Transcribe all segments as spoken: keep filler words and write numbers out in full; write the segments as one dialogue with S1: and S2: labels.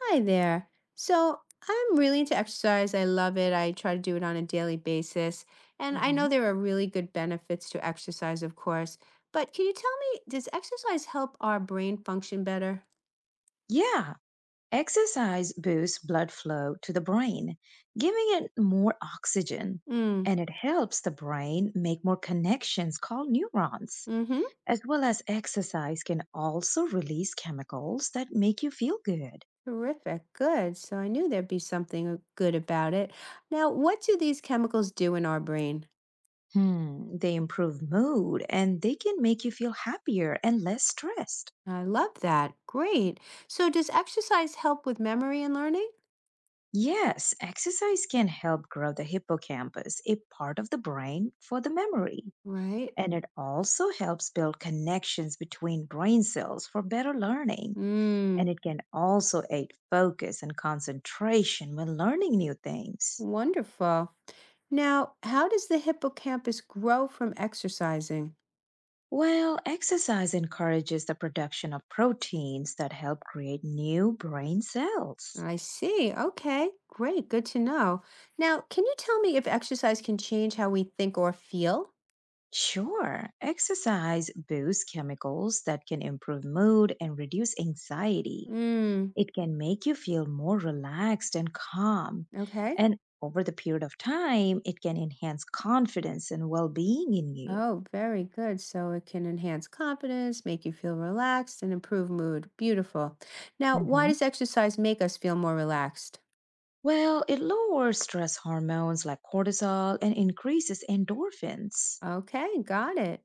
S1: Hi there. So I'm really into exercise. I love it. I try to do it on a daily basis. And I
S2: hmm
S1: know there are really good benefits to exercise, of course. But can you tell me, does exercise help our brain function better?
S2: Yeah, exercise boosts blood flow to the brain, giving it more oxygen,
S1: Mm,
S2: and it helps the brain make more connections called neurons.
S1: mm-hmm.
S2: As well as exercise can also release chemicals that make you feel good.
S1: Terrific. Good. So I knew there'd be something uh, good about it. Now, what do these chemicals do in our brain?
S2: Hmm, they improve mood and they can make you feel happier and less stressed.
S1: I love that. Great. So does exercise help with memory and learning?
S2: Yes, exercise can help grow the hippocampus, a part of the brain for the memory.
S1: Right.
S2: And it also helps build connections between brain cells for better learning.
S1: Mm,
S2: And it can also aid focus and concentration when learning new things.
S1: wonderful. Now, how does the hippocampus grow from exercising?
S2: Well, exercise encourages the production of proteins that help create new brain cells.
S1: I see. Okay, great. Good to know. Now, can you tell me if exercise can change how we think or feel?
S2: Sure, exercise boosts chemicals that can improve mood and reduce anxiety.
S1: Mm,
S2: It can make you feel more relaxed and calm.
S1: okay.
S2: And over the period of time, it can enhance confidence and well being in you.
S1: Oh, very good. So it can enhance confidence, make you feel relaxed, and improve mood. Beautiful. Now, why
S2: Hmm.
S1: does exercise make us feel more relaxed?
S2: Well, it lowers stress hormones like cortisol and increases endorphins.
S1: Okay, got it.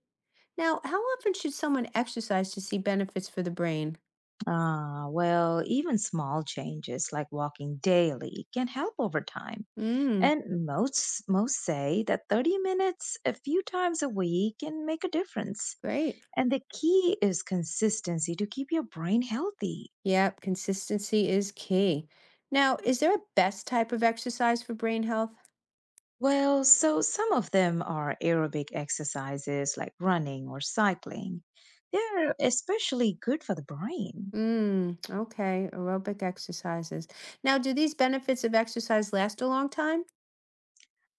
S1: Now, how often should someone exercise to see benefits for the brain?
S2: Ah, well, even small changes like walking daily can help over time.
S1: Mm,
S2: And most most say that thirty minutes a few times a week can make a difference.
S1: great.
S2: And the key is consistency to keep your brain healthy.
S1: Yep, consistency is key. Now, is there a best type of exercise for brain health?
S2: Well, so some of them are aerobic exercises like running or cycling. They're especially good for the brain.
S1: Mm, okay, aerobic exercises. Now, do these benefits of exercise last a long time?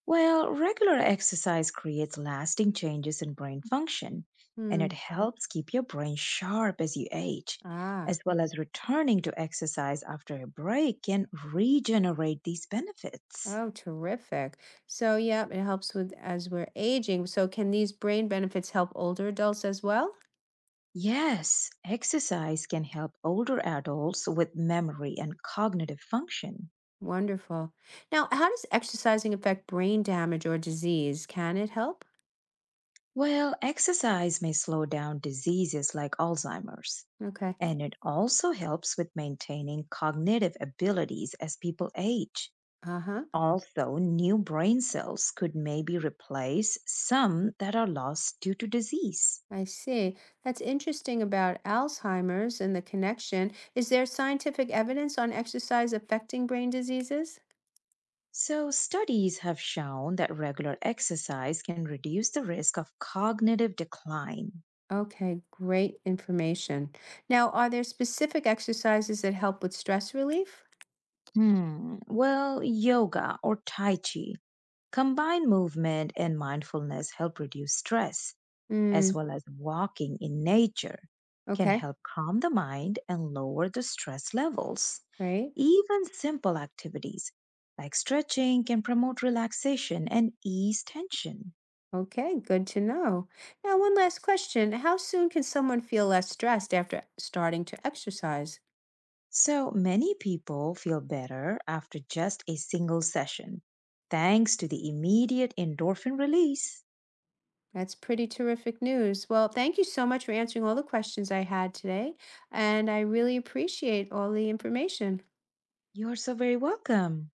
S2: Well, regular exercise creates lasting changes in brain function, and
S1: Hmm.
S2: it helps keep your brain sharp as you age,
S1: Ah,
S2: as well as returning to exercise after a break can regenerate these benefits.
S1: oh, terrific. So, yep, it helps with as we're aging. So, can these brain benefits help older adults as well?
S2: Yes, exercise can help older adults with memory and cognitive function.
S1: Wonderful. Now, how does exercising affect brain damage or disease? Can it help?
S2: Well, exercise may slow down diseases like Alzheimer's,
S1: Okay.
S2: and it also helps with maintaining cognitive abilities as people age.
S1: Uh-huh.
S2: Also, new brain cells could maybe replace some that are lost due to disease.
S1: I see. That's interesting about Alzheimer's and the connection. Is there scientific evidence on exercise affecting brain diseases?
S2: So, studies have shown that regular exercise can reduce the risk of cognitive decline.
S1: Okay, great information. Now, are there specific exercises that help with stress relief?
S2: Hmm, well, yoga or Tai Chi, combined movement and mindfulness help reduce stress, as
S1: Mm,
S2: well as walking in nature, can
S1: okay,
S2: help calm the mind and lower the stress levels.
S1: great.
S2: Even simple activities like stretching can promote relaxation and ease tension.
S1: Okay, good to know. Now, one last question. How soon can someone feel less stressed after starting to exercise?
S2: So many people feel better after just a single session, thanks to the immediate endorphin release.
S1: That's pretty terrific news. Well, thank you so much for answering all the questions I had today, and I really appreciate all the information.
S2: You're so very welcome.